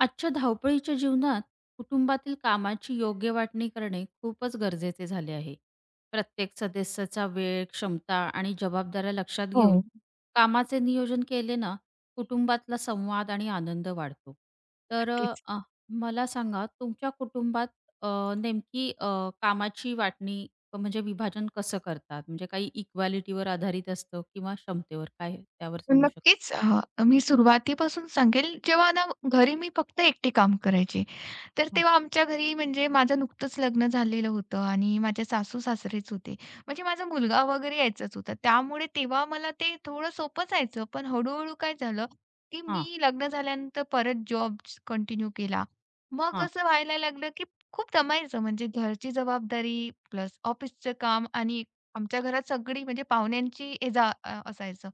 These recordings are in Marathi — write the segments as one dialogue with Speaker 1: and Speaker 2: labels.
Speaker 1: आजच्या धावपळीच्या जीवनात कुटुंबातील कामाची योग्य वाटणी करणे खूपच गरजेचे झाले आहे. प्रत्येक सदस्याचा वेळ, क्षमता आणि जबाबदाऱ्या लक्षात घेऊन
Speaker 2: हो,
Speaker 1: कामाचे नियोजन केले ना, कुटुंबातला संवाद आणि आनंद वाढतो. तर
Speaker 2: नक्कीच.
Speaker 1: अ, मला सांगा तुमच्या कुटुंबात अ, नेमकी कामाची वाटणी म्हणजे विभाजन कसं करतात? म्हणजे काही इक्वालिटीवर आधारित असतं किंवा क्षमतेवर? काय त्यावर सांगू शकाल?
Speaker 2: नक्कीच मी सुरुवातीपासून सांगेल, जेव्हा ना घरी मी फक्त एकटी काम करायची. तर
Speaker 1: हो.
Speaker 2: तेव्हा आमच्या घरी म्हणजे माझं नुकतंच लग्न झालेलं होतं आणि माझ्या सासू-सासरेच होते. म्हणजे माझा मुलगा वगैरे यायचाच होता. त्यामुळे तेव्हा मला ते थोडं सोपं जायचं. पण हळू-हळू काय झालं, की
Speaker 1: हां,
Speaker 2: मी लग्न झाल्यानंतर परत जॉब कंटिन्यू केला. मग
Speaker 1: हां,
Speaker 2: असं व्हायला लागलं, की खूप दमायचं म्हणजे घरची जबाबदारी प्लस ऑफिसचं काम आणि आमच्या घरात सगळी म्हणजे पाहुण्यांची ये असायचं.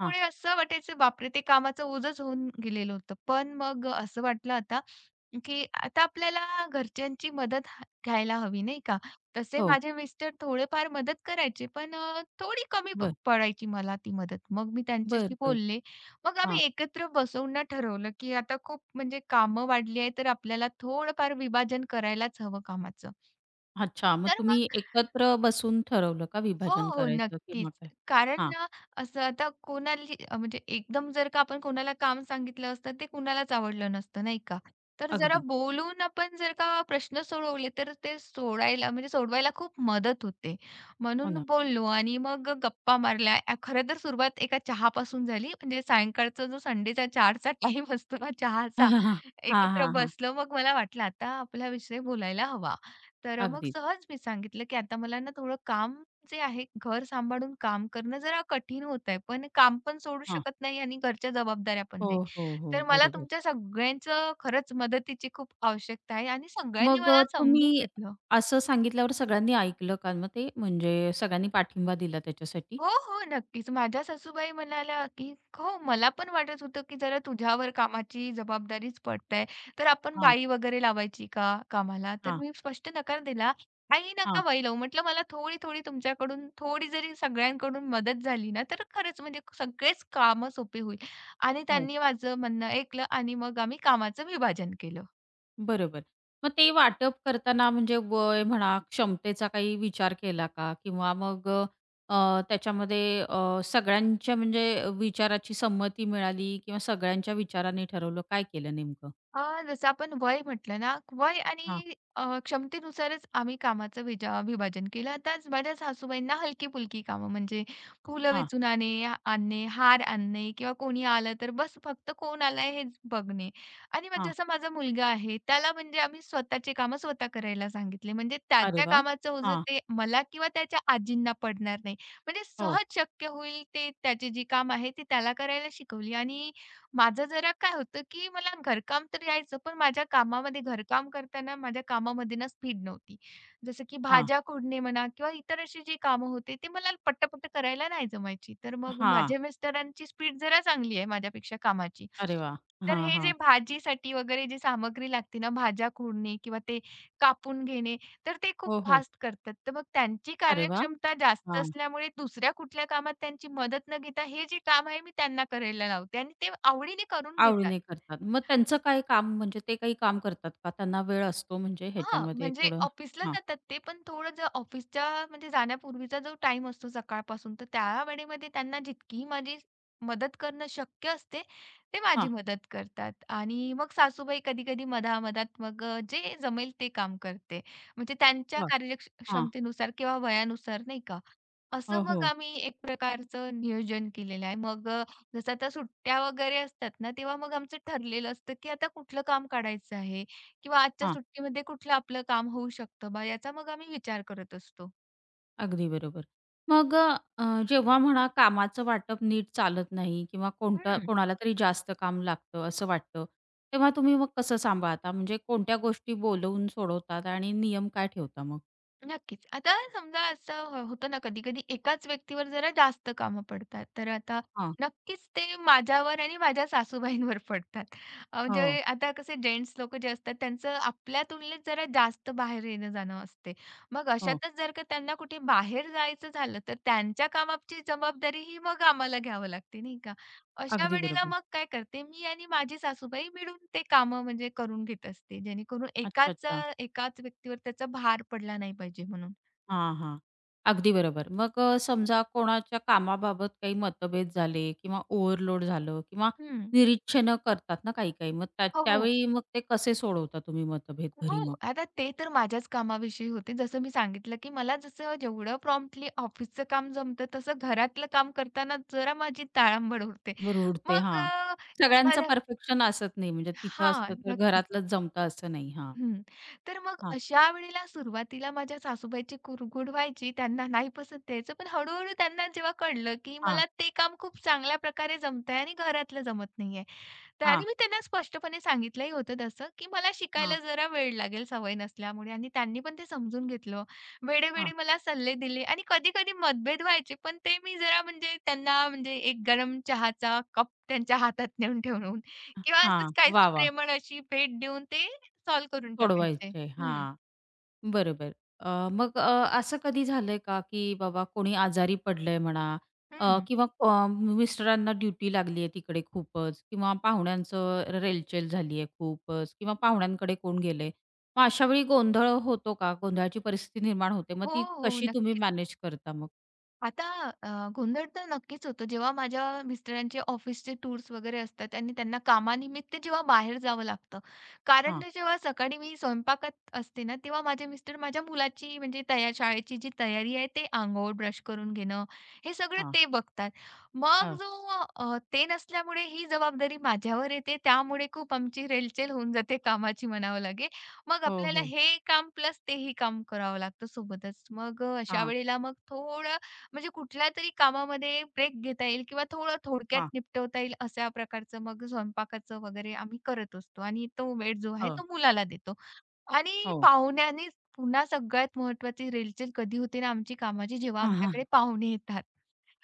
Speaker 1: हां.
Speaker 2: असं वाटायचं बापरे! ते कामाचं ओझंच होऊन गेलेलं होतं. पण मग असं वाटलं आता, की आता आपल्याला घरच्यांची मदत घ्यायला हवी, नाही का? तसे
Speaker 1: हो.
Speaker 2: माझे मिस्टर थोडेफार मदत करायचे, पण थोडी कमी
Speaker 1: बरं.
Speaker 2: पडायची मला ती मदत. मग मी
Speaker 1: बरं,
Speaker 2: त्यांच्याशी
Speaker 1: बरं.
Speaker 2: बोलले. मग
Speaker 1: हां.
Speaker 2: आम्ही एकत्र बसवून ना ठरवलं, की आता खूप म्हणजे कामं वाढली आहे, तर आपल्याला थोडंफार विभाजन करायलाच हवं कामाचं.
Speaker 1: अच्छा. मग
Speaker 2: तर
Speaker 1: तुम्ही
Speaker 2: मग
Speaker 1: एकत्र बसून ठरवलं का
Speaker 2: हो,
Speaker 1: विभाजन
Speaker 2: हो.
Speaker 1: करायचं
Speaker 2: नक्कीच.
Speaker 1: किंवा काय?
Speaker 2: कारण
Speaker 1: हां.
Speaker 2: ना, असं आता म्हणजे एकदम जर का आपण कोणाला काम सांगितलं असतं, ते कुणालाच आवडलं नसतं, नाही का? तर जरा
Speaker 1: अगदी.
Speaker 2: बोलून आपण जर का प्रश्न सोडवले, तर ते सोडायला म्हणजे सोडवायला खूप मदत होते.
Speaker 1: हो
Speaker 2: म्हणून
Speaker 1: ना.
Speaker 2: बोललो आणि मग गप्पा मारल्या. खरं तर सुरुवात एका चहापासून झाली. म्हणजे सायंकाळचा जो संडेचा 4चा टाईम असतो ना
Speaker 1: हां,
Speaker 2: चहाचा,
Speaker 1: हां, हां. हां,
Speaker 2: एकत्र
Speaker 1: हां, हां.
Speaker 2: बसलो. मग मला वाटलं, आता आपला विषय बोलायला हवा. तर मग
Speaker 1: अगदीच.
Speaker 2: सहज मी सांगितलं, की "आता मला ना थोडं काम जे आहे घर सांभाळून काम करणं जरा कठीण होत आहे. पण काम पण सोडू
Speaker 1: हां.
Speaker 2: शकत नाही आणि घरच्या जबाबदाऱ्या पण
Speaker 1: हो,
Speaker 2: नाही.
Speaker 1: हो,
Speaker 2: तर
Speaker 1: हो.
Speaker 2: मला
Speaker 1: बरोबर.
Speaker 2: तुमच्या सगळ्यांचं खरंच मदतीची खूप आवश्यकता आहे आणि सगळ्यांनी
Speaker 1: मग
Speaker 2: मला समजून
Speaker 1: तुम्ही
Speaker 2: घेतलं.
Speaker 1: असं सांगितल्यावर सगळ्यांनी ऐकलं का मग ते? म्हणजे सगळ्यांनी पाठिंबा दिला त्याच्यासाठी?
Speaker 2: हो, हो. नक्कीच. माझ्या सासूबाई म्हणाल्या, की "हो, मला पण वाटत होतं, की जरा तुझ्यावर कामाची जबाबदारीच पडते. तर आपण
Speaker 1: हां,
Speaker 2: बाई वगैरे लावायची का कामाला?" तर
Speaker 1: हां,
Speaker 2: मी स्पष्ट नकार दिला. "आई,
Speaker 1: हां.
Speaker 2: नका बाई लावू." म्हटलं, "मला थोडी-थोडी तुमच्याकडून, थोडी जरी सगळ्यांकडून मदत झाली ना, तर खरंच म्हणजे सगळेच कामं सोपी होईल." आणि
Speaker 1: हो.
Speaker 2: त्यांनी माझं म्हणणं ऐकलं आणि मग आम्ही कामाचं विभाजन केलं.
Speaker 1: बरोबर. मग ते वाटप करताना म्हणजे वय म्हणा, क्षमतेचा काही विचार केला का? किंवा मग अ, अ, त्याच्यामध्ये सगळ्यांच्या म्हणजे विचाराची संमती मिळाली किंवा सगळ्यांच्या विचाराने ठरवलं, काय केलं नेमकं?
Speaker 2: जसं आपण वय म्हटलं ना, वय
Speaker 1: हां,
Speaker 2: आणि क्षमतेनुसारच आम्ही कामाचं विभाजन केलं. आता माझ्या सासूबाईंना हलकी-फुलकी कामं म्हणजे फुलं
Speaker 1: हां,
Speaker 2: वेचून आणणे, हार आणणे किंवा कोणी आलं तर बस फक्त कोण आलाय हेच बघणे. आणि मग
Speaker 1: हां.
Speaker 2: जसा माझा मुलगा आहे, त्याला म्हणजे आम्ही स्वतःची कामं स्वतः करायला सांगितले. म्हणजे
Speaker 1: अरे
Speaker 2: त्याच्या
Speaker 1: वाह!
Speaker 2: कामाचं ओझं
Speaker 1: हां,
Speaker 2: ते मला किंवा त्याच्या आजींना पडणार नाही. म्हणजे
Speaker 1: हो,
Speaker 2: सहज शक्य होईल ते त्याची जी कामं आहे, ती त्याला करायला शिकवली आणि माझं जरा काय होतं, की मला घरकाम तर यायचं, पण माझ्या कामामध्ये घरकाम करताना माझ्या कामामध्ये ना स्पीड नव्हती. जसं की
Speaker 1: हां,
Speaker 2: भाज्या खोडणे म्हणा किंवा इतर अशी जी कामं होते, ते मला पटापट करायला नाही जमायची. तर मग
Speaker 1: हां.
Speaker 2: माझ्या मिस्टरांची स्पीड जरा चांगली आहे माझ्यापेक्षा कामाची.
Speaker 1: अरे वाह!
Speaker 2: तर
Speaker 1: हां,
Speaker 2: हे
Speaker 1: हां.
Speaker 2: जे भाजीसाठी वगैरे जी सामग्री लागते ना, भाज्या खोडणे किंवा ते कापून घेणे, तर ते खूप
Speaker 1: हो, हो.
Speaker 2: फास्ट करतात. तर मग त्यांची
Speaker 1: अरे वाह!
Speaker 2: कार्यक्षमता जास्त
Speaker 1: हां.
Speaker 2: असल्यामुळे दुसऱ्या कुठल्या कामात त्यांची मदत न घेता हे जे काम आहे मी त्यांना करायला लावते आणि ते आवडीने करून घेतात.
Speaker 1: आवडीने करतात. मग त्यांचं काय काम म्हणजे ते काही काम करतात का? त्यांना वेळ असतो म्हणजे
Speaker 2: हां,
Speaker 1: ह्याच्यामध्ये
Speaker 2: म्हणजे
Speaker 1: थोडं?
Speaker 2: ऑफिसला
Speaker 1: हां,
Speaker 2: जातात ते पण थोडं जर ऑफिसच्या म्हणजे जाण्यापूर्वीचा जो टाईम असतो सकाळपासून तर त्या वेळेमध्ये त्यांना जितकी माझी मदत करणं शक्य असते, ते माझी
Speaker 1: हां.
Speaker 2: मदत करतात आणि मग सासूबाई कधी-कधी मग जे जमेल ते काम करते. म्हणजे त्यांच्या
Speaker 1: वाह! हां.
Speaker 2: कार्यक्षमतेनुसार किंवा वयानुसार नाही का? असं
Speaker 1: हो,
Speaker 2: मग
Speaker 1: हो.
Speaker 2: आम्ही एक प्रकारचं नियोजन केलेलं आहे. मग जसं आता सुट्ट्या वगैरे असतात ना, तेव्हा मग आमचं ठरलेलं असतं, की आता कुठलं काम काढायचं आहे किंवा आजच्या सुट्टीमध्ये कुठलं आपलं काम होऊ शकतं बा, याचा मग आम्ही विचार करत असतो.
Speaker 1: अगदी बरोबर. मग अ, अ, जेव्हा म्हणा कामाचं वाटप नीट चालत नाही किंवा कोणतं
Speaker 2: हं.
Speaker 1: कोणाला तरी जास्त काम लागतं असं वाटतं, तेव्हा तुम्ही मग कसं सांभाळता? म्हणजे कोणत्या गोष्टी बोलवून सोडवतात आणि नियम काय ठेवता मग?
Speaker 2: नक्कीच. आता समजा असं होतं ना कधी-कधी एकाच व्यक्तीवर जरा जास्त कामं पडतात. तर आता
Speaker 1: हां.
Speaker 2: नक्कीच ते माझ्यावर आणि माझ्या सासूबाईंवर पडतात.
Speaker 1: हो,
Speaker 2: म्हणजे आता कसे जेंट्स लोकं जे असतात त्यांचं आपल्या तुलनेत जरा जास्त बाहेर येणं-जाणं असते. मग
Speaker 1: हो.
Speaker 2: अशातच जर का त्यांना कुठे बाहेर जायचं झालं, तर त्यांच्या कामाची जबाबदारी ही मग आम्हाला घ्यावं लागते, नाही का? अशा
Speaker 1: अगदी
Speaker 2: वेळेला
Speaker 1: बरोबर.
Speaker 2: मग काय करते मी आणि माझी सासूबाई मिळून ते कामं म्हणजे करून घेत असते. जेणेकरून
Speaker 1: अच्छा, अच्छा.
Speaker 2: एकाच व्यक्तीवर त्याचा भार पडला नाही पाहिजे म्हणून.
Speaker 1: हां, हां. अगदी बरोबर. मग समजा कोणाच्या कामाबाबत काही मतभेद झाले किंवा ओव्हरलोड झालं किंवा
Speaker 2: हं.
Speaker 1: निरीक्षणं करतात ना काही-काही, मग त्या
Speaker 2: हो, हो.
Speaker 1: त्यावेळी मग ते कसे सोडवता तुम्ही मतभेद
Speaker 2: हो.
Speaker 1: घरी
Speaker 2: आता ते तर माझ्याच कामाविषयी होते. जसं मी सांगितलं, की मला जसं जेवढं प्रॉम्प्टली ऑफिसचं काम जमतं, तसं घरातलं काम करताना जरा माझी ताळंबळ उडते.
Speaker 1: रुळते.
Speaker 2: मग
Speaker 1: हां. सगळ्यांचं
Speaker 2: एखाद्या
Speaker 1: परफेक्शन असत नाही. म्हणजे तिथं असतं
Speaker 2: हां,
Speaker 1: तर
Speaker 2: नक्कीच.
Speaker 1: घरातलंच जमतं असं नाही. हां,
Speaker 2: हं. तर मग
Speaker 1: हां,
Speaker 2: अशा वेळेला सुरुवातीला माझ्या सासूबाईची कुरघुड व्हायची. त्यांना नाही पसंत यायचं. पण हळू-हळू त्यांना जेव्हा कळलं, की
Speaker 1: हां,
Speaker 2: मला ते काम खूप चांगल्या प्रकारे जमतंय आणि घरातलं जमत नाहीये. तर
Speaker 1: हां,
Speaker 2: आणि मी त्यांना स्पष्टपणे सांगितलंही होतं तसं, की मला
Speaker 1: हां,
Speaker 2: शिकायला जरा वेळ लागेल सवय नसल्यामुळे आणि त्यांनी पण ते समजून घेतलं.
Speaker 1: हां,
Speaker 2: वेळोवेळी मला सल्ले दिले आणि कधी-कधी मतभेद व्हायचे. पण ते मी जरा म्हणजे त्यांना म्हणजे एक गरम चहाचा कप त्यांच्या हातात नेऊन ठेवून किंवा
Speaker 1: हां.
Speaker 2: असंच
Speaker 1: वाह!
Speaker 2: काहीसं
Speaker 1: वाह!
Speaker 2: प्रेमळ अशी भेट देऊन ते सॉल्व्ह करून टाकायचे.
Speaker 1: सोडवायचे.
Speaker 2: हं.
Speaker 1: हां, बरोबर. अ, मग अ, असं कधी झालंय का, की बाबा कोणी आजारी पडलंय म्हणा
Speaker 2: हं.
Speaker 1: किंवा मिस्टरांना ड्युटी लागली आहे तिकडे खूपच किंवा पाहुण्यांचं रेलचेल झाली आहे खूपच किंवा पाहुण्यांकडे कोण गेलंय. मग अशा वेळी गोंधळ होतो का? गोंधळाची परिस्थिती निर्माण होते. मग
Speaker 2: हो,
Speaker 1: ती
Speaker 2: हो.
Speaker 1: कशी तुम्ही
Speaker 2: नक्कीच.
Speaker 1: मॅनेज करता मग?
Speaker 2: आता अ, गोंधळ तर नक्कीच होतो. जेव्हा माझ्या मिस्टरांचे ऑफिसचे टूर्स वगैरे असतात आणि त्यांना कामानिमित्त जेव्हा बाहेर जावं लागतं. कारण ना जेव्हा सकाळी मी स्वयंपाकात असते ना, तेव्हा माझे मिस्टर माझ्या मुलाची म्हणजे शाळेची जी तयारी आहे ते अंघोळ, ब्रश करून घेणं, हे सगळं
Speaker 1: हां,
Speaker 2: ते बघतात. मग
Speaker 1: हां.
Speaker 2: जो ते नसल्यामुळे ही जबाबदारी माझ्यावर येते. त्यामुळे खूप आमची रेलचेल होऊन जाते कामाची म्हणावं लागेल. मग
Speaker 1: हो,
Speaker 2: आपल्याला
Speaker 1: हो.
Speaker 2: हे काम प्लस तेही काम करावं लागतं सोबतच. मग अशा
Speaker 1: हां,
Speaker 2: वेळेला मग थोडं म्हणजे कुठल्यातरी कामामध्ये ब्रेक घेता येईल किंवा थोडं थोडक्यात
Speaker 1: हां.
Speaker 2: निपटवता येईल अशा प्रकारचं मग स्वयंपाकाचं वगैरे आम्ही करत असतो आणि तो वेळ जो आहे
Speaker 1: हो,
Speaker 2: तो मुलाला देतो. आणि
Speaker 1: हो.
Speaker 2: पाहुण्याने पुन्हा सगळ्यात महत्त्वाची रेलचेल कधी होते ना आमची कामाची जेव्हा
Speaker 1: हां हां
Speaker 2: आमच्याकडे पाहुणे येतात.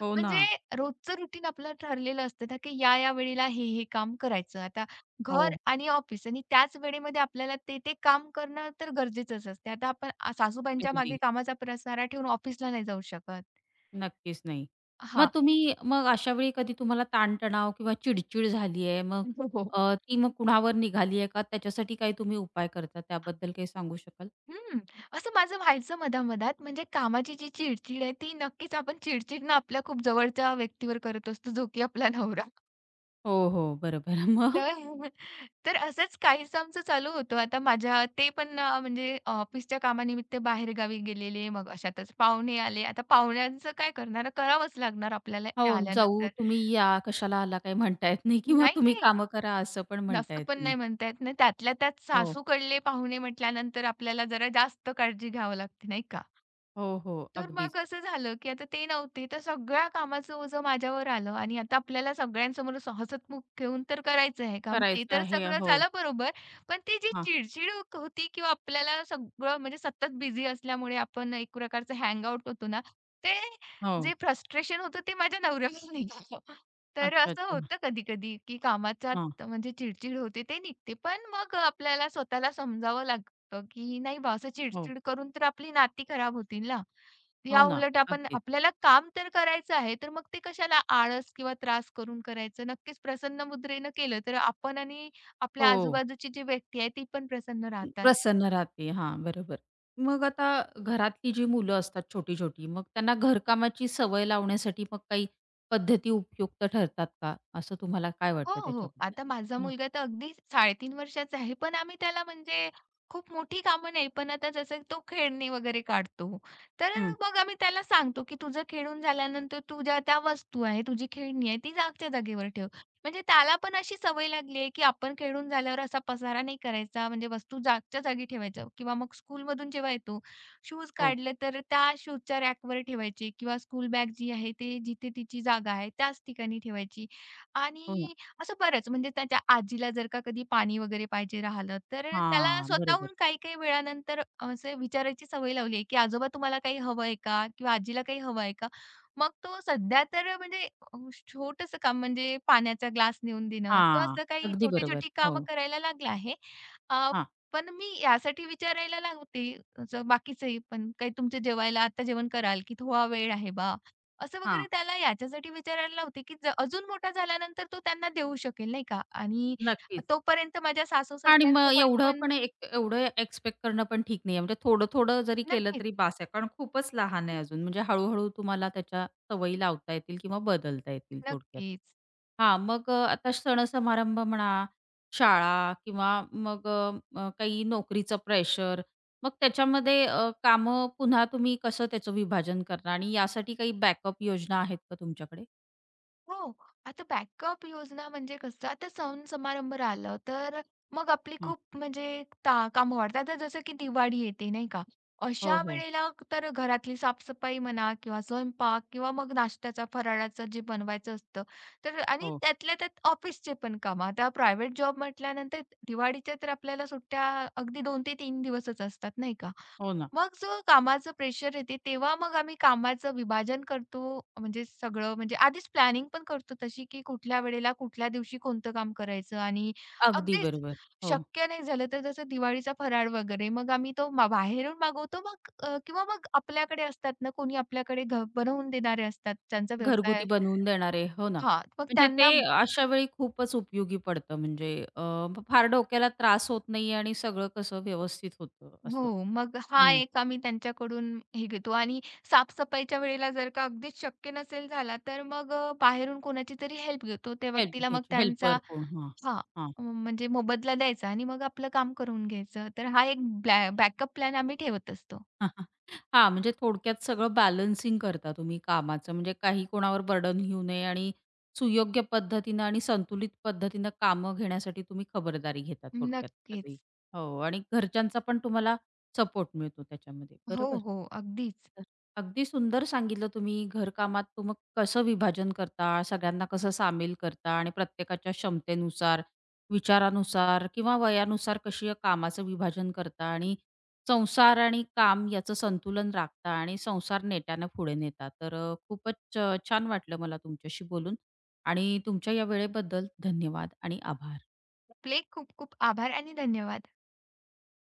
Speaker 1: हो ना.
Speaker 2: म्हणजे रोजचं रुटीन आपलं ठरलेलं असतं ना, की या, या वेळेला हे, हे काम करायचं. आता घर
Speaker 1: हो,
Speaker 2: आणि ऑफिस आणि त्याच वेळेमध्ये आपल्याला ते, ते काम करणं तर गरजेचंच असते. आता आपण सासूबाईंच्या
Speaker 1: अगदी.
Speaker 2: मागे कामाचा पसारा ठेवून ऑफिसला नाही जाऊ शकत.
Speaker 1: नक्कीच नाही. मग
Speaker 2: हां.
Speaker 1: तुम्ही मग अशा वेळी कधी तुम्हाला ताणतणाव किंवा चिडचिड झाली आहे, मग
Speaker 2: हो, हो.
Speaker 1: ती मग कुणावर निघाली आहे का? त्याच्यासाठी काही तुम्ही उपाय करता? त्याबद्दल काही सांगू शकाल?
Speaker 2: हं. असं माझं व्हायचं मधामधात. म्हणजे कामाची जी चिडचिड आहे ती नक्कीच आपण चिडचिड ना आपल्या खूप जवळच्या व्यक्तीवर करत असतो, जो की आपला नवरा.
Speaker 1: हो, हो. बरोबर. मग
Speaker 2: तर तर असंच काहीसं आमचं चालू होतं. आता माझ्या ते पण म्हणजे ऑफिसच्या कामानिमित्त बाहेर गावी गेलेले, मग अशातच पाहुणे आले. आता पाहुण्यांचं काय करणार? करावंच लागणार आपल्याला
Speaker 1: हो,
Speaker 2: ते
Speaker 1: जाऊ
Speaker 2: आल्यानंतर.
Speaker 1: तुम्ही या, कशाला आला काही म्हणता येत नाही किंवा
Speaker 2: नाही,
Speaker 1: तुम्ही
Speaker 2: नाही.
Speaker 1: कामं करा असं पण म्हणता
Speaker 2: असं
Speaker 1: येत
Speaker 2: पण
Speaker 1: नाही.
Speaker 2: नाही म्हणता येत ना. त्यातल्या त्यात
Speaker 1: हो,
Speaker 2: सासूकडले पाहुणे म्हटल्यानंतर आपल्याला जरा जास्त काळजी घ्यावी लागते, नाही का?
Speaker 1: हो, हो.
Speaker 2: तर
Speaker 1: अगदीच.
Speaker 2: मग असं झालं, की आता ते नव्हते, तर सगळ्या कामाचं ओझं माझ्यावर आलं आणि आता आपल्याला सगळ्यांसमोर असं हसतमुख घेऊन तर करायचं आहे काम. ते
Speaker 1: करायचं
Speaker 2: तर
Speaker 1: आहे.
Speaker 2: सगळं
Speaker 1: हो.
Speaker 2: झालं बरोबर, पण ती जी
Speaker 1: हां.
Speaker 2: चिडचिड होती किंवा आपल्याला सगळं म्हणजे सतत बिझी असल्यामुळे आपण एक प्रकारचं हँग आउट होतो ना, ते जे
Speaker 1: हो.
Speaker 2: फ्रस्ट्रेशन होतं ते माझ्या नवऱ्यावर निघालं. तर
Speaker 1: अच्छा,
Speaker 2: असं
Speaker 1: अच्छा.
Speaker 2: होतं कधी-कधी, की
Speaker 1: हां.
Speaker 2: कामाच्यात म्हणजे चिडचिड होते ते निघते. पण मग आपल्याला स्वतःला समजावं लागतं, की नाही बा असं
Speaker 1: हो.
Speaker 2: चिडचिड करून तर आपली नाती खराब होतील ना.
Speaker 1: हो ना,
Speaker 2: याउलट आपण
Speaker 1: अगदीच.
Speaker 2: आपल्याला काम तर करायचं आहे, तर मग ते कशाला आळस किंवा त्रास करून करायचं. नक्कीच प्रसन्न मुद्रेनं केलं तर आपण आणि आपल्या
Speaker 1: हो,
Speaker 2: आजूबाजूची जी व्यक्ती आहे ती पण प्रसन्न राहतात.
Speaker 1: प्रसन्न राहते. हां, बरोबर. मग आता घरातली जी मुलं असतात छोटी-छोटी, मग त्यांना घरकामाची सवय लावण्यासाठी मग काही पद्धती उपयुक्त ठरतात का? असं तुम्हाला काय
Speaker 2: हो,
Speaker 1: वाटतं
Speaker 2: हो.
Speaker 1: त्याच्याबद्दल?
Speaker 2: आता माझा
Speaker 1: हां,
Speaker 2: मुलगा तर अगदी 3.5 वर्षाचा आहे. पण आम्ही त्याला म्हणजे खूप मोठी कामं नाही, पण आता जसं तो खेळणी वगैरे काढतो. तर
Speaker 1: हं.
Speaker 2: मग आम्ही त्याला सांगतो, की "तुझं खेळून झाल्यानंतर तुझ्या त्या वस्तू आहे, तुझी खेळणी आहे, ती जागच्या जागेवर ठेव." म्हणजे त्याला पण अशी सवय लागली आहे, की आपण खेळून झाल्यावर असा पसारा नाही करायचा, म्हणजे वस्तू जागच्या जागी ठेवायच्या किंवा मग स्कूलमधून जेव्हा येतो, शूज
Speaker 1: हो,
Speaker 2: काढले तर त्या शूजच्या रॅकवर ठेवायचे किंवा स्कूल बॅग जी आहे, ते जिथे तिची जागा आहे त्याच ठिकाणी ठेवायची.
Speaker 1: हो ना.
Speaker 2: आणि असं बरंच म्हणजे त्याच्या आजीला जर का कधी पाणी वगैरे पाहिजे राहिलं, तर त्याला
Speaker 1: हां, बरोबर.
Speaker 2: स्वतःहून काही-काही वेळानंतर असं विचारायची सवय लावली आहे, की "आजोबा तुम्हाला काही हवंय का?" किंवा "आजीला काही हवंय का?" मग तो सध्या तर म्हणजे अ, काम म्हणजे पाण्याचा ग्लास नेऊन देणं किंवा
Speaker 1: हां,
Speaker 2: असं काही
Speaker 1: अगदी बरोबर.
Speaker 2: छोटी-छोटी
Speaker 1: हो,
Speaker 2: कामं करायला लागला आहे. अ,
Speaker 1: हां,
Speaker 2: पण मी यासाठी विचारायला लागते, असं बाकीचंही पण काही तुमचं जेवायला आता जेवण कराल, की थोडा वेळ आहे बा, असं
Speaker 1: हां.
Speaker 2: वगैरे त्याला याच्यासाठी विचारायला लावते, की अजून मोठा झाल्यानंतर तो त्यांना देऊ शकेल नाही का आणि
Speaker 1: नक्कीच.
Speaker 2: तोपर्यंत माझ्या
Speaker 1: आणि मग
Speaker 2: सासू-सासऱ्यांसोबत
Speaker 1: एवढं
Speaker 2: पण
Speaker 1: पण एक एवढं एक्स्पेक्ट करणं पण ठीक नाहीये. म्हणजे थोडं-थोडं जरी केलं
Speaker 2: नक्कीच,
Speaker 1: तरी बास आहे. कारण खूपच लहान आहे अजून. म्हणजे हळू-हळू तुम्हाला त्याच्या सवयी लावता येतील किंवा बदलता येतील थोडक्यात.
Speaker 2: नक्कीच.
Speaker 1: हां, मग आता सण-समारंभ म्हणा, शाळा किंवा मग अ, अ, काही नोकरीचं प्रेशर, मग त्याच्यामध्ये कामं पुन्हा तुम्ही कसं त्याचं विभाजन करणार आणि यासाठी काही बॅकअप योजना आहेत का तुमच्याकडे?
Speaker 2: हो. आता बॅकअप योजना म्हणजे कसं, आता सण-समारंभ राहिलं, तर मग आपली
Speaker 1: हां.
Speaker 2: खूप म्हणजे कामं वाढतात. आता जसं की दिवाळी येते, नाही का?
Speaker 1: हो,
Speaker 2: अशा
Speaker 1: हो.
Speaker 2: वेळेला तर घरातली साफसफाई म्हणा किंवा स्वयंपाक किंवा मग नाश्त्याचा, फराळाचं जे बनवायचं असतं, तर आणि
Speaker 1: हो.
Speaker 2: त्यातल्या त्यात ऑफिसचे पण कामं. आता प्रायव्हेट जॉब म्हटल्यानंतर दिवाळीच्या तर आपल्याला सुट्ट्या अगदी 2 ते 3 दिवसच असतात, नाही का?
Speaker 1: हो ना.
Speaker 2: मग जो कामाचं प्रेशर येते, तेव्हा मग आम्ही कामाचं विभाजन करतो. म्हणजे सगळं म्हणजे आधीच प्लॅनिंग पण करतो तशी, की कुठल्या वेळेला, कुठल्या दिवशी कोणतं काम करायचं आणि
Speaker 1: अगदी
Speaker 2: अगदीच
Speaker 1: बरोबर. हो.
Speaker 2: शक्य नाही झालं तर जसं दिवाळीचा फराळ वगैरे, मग आम्ही तो बाहेरून मागवतो. मग किंवा मग आपल्याकडे असतात ना, कोणी आपल्याकडे बनवून देणारे असतात, ज्यांचा
Speaker 1: घरगुती
Speaker 2: व्यवसाय
Speaker 1: बनवून देणारे, हो ना.
Speaker 2: हां, मग
Speaker 1: म्हणजे ते
Speaker 2: त्यांना
Speaker 1: अशा वेळी खूपच उपयोगी पडतं म्हणजे अ, फार डोक्याला त्रास होत नाही आणि सगळं कसं व्यवस्थित होतं
Speaker 2: हो,
Speaker 1: असं.
Speaker 2: मग हा
Speaker 1: हं.
Speaker 2: एक आम्ही त्यांच्याकडून हे घेतो आणि साफसफाईच्या वेळेला जर का अगदीच शक्य नसेल झाला, तर मग बाहेरून कोणाची तरी हेल्प घेतो. त्या
Speaker 1: हेल्प
Speaker 2: व्यक्तीला मग
Speaker 1: घ्यायची
Speaker 2: त्यांचा
Speaker 1: हेल्पर कोण हां,
Speaker 2: हां,
Speaker 1: हां.
Speaker 2: म्हणजे मोबदला द्यायचा आणि मग आपलं काम करून घ्यायचं. तर हा एक बॅकअप प्लॅन आम्ही ठेवत असतो.
Speaker 1: हा, हा. हा, म्हणजे थोडक्यात सगळं बॅलन्सिंग करता तुम्ही कामाचं, म्हणजे काही कोणावर बर्डन घेऊ नये आणि सुयोग्य पद्धतीनं आणि संतुलित पद्धतीनं कामं घेण्यासाठी तुम्ही खबरदारी घेता थोडक्यात सगळी.
Speaker 2: नक्कीच.
Speaker 1: हो आणि घरच्यांचा पण तुम्हाला सपोर्ट मिळतो त्याच्यामध्ये,
Speaker 2: हो,
Speaker 1: बरोबर?
Speaker 2: हो, अगदीच.
Speaker 1: तर अगदी सुंदर सांगितलं तुम्ही घरकामात तुम्ही कसं विभाजन करता, सगळ्यांना कसं सामील करता आणि प्रत्येकाच्या क्षमतेनुसार, विचारानुसार किंवा वयानुसार कशी कामाचं विभाजन करता आणि संसार आणि काम याचं संतुलन राखता आणि संसार नेट्यानं पुढे नेता. तर खूपच छान वाटलं मला तुमच्याशी बोलून आणि तुमच्या या वेळेबद्दल धन्यवाद आणि आभार.
Speaker 2: आपले खूप खूप आभार आणि धन्यवाद.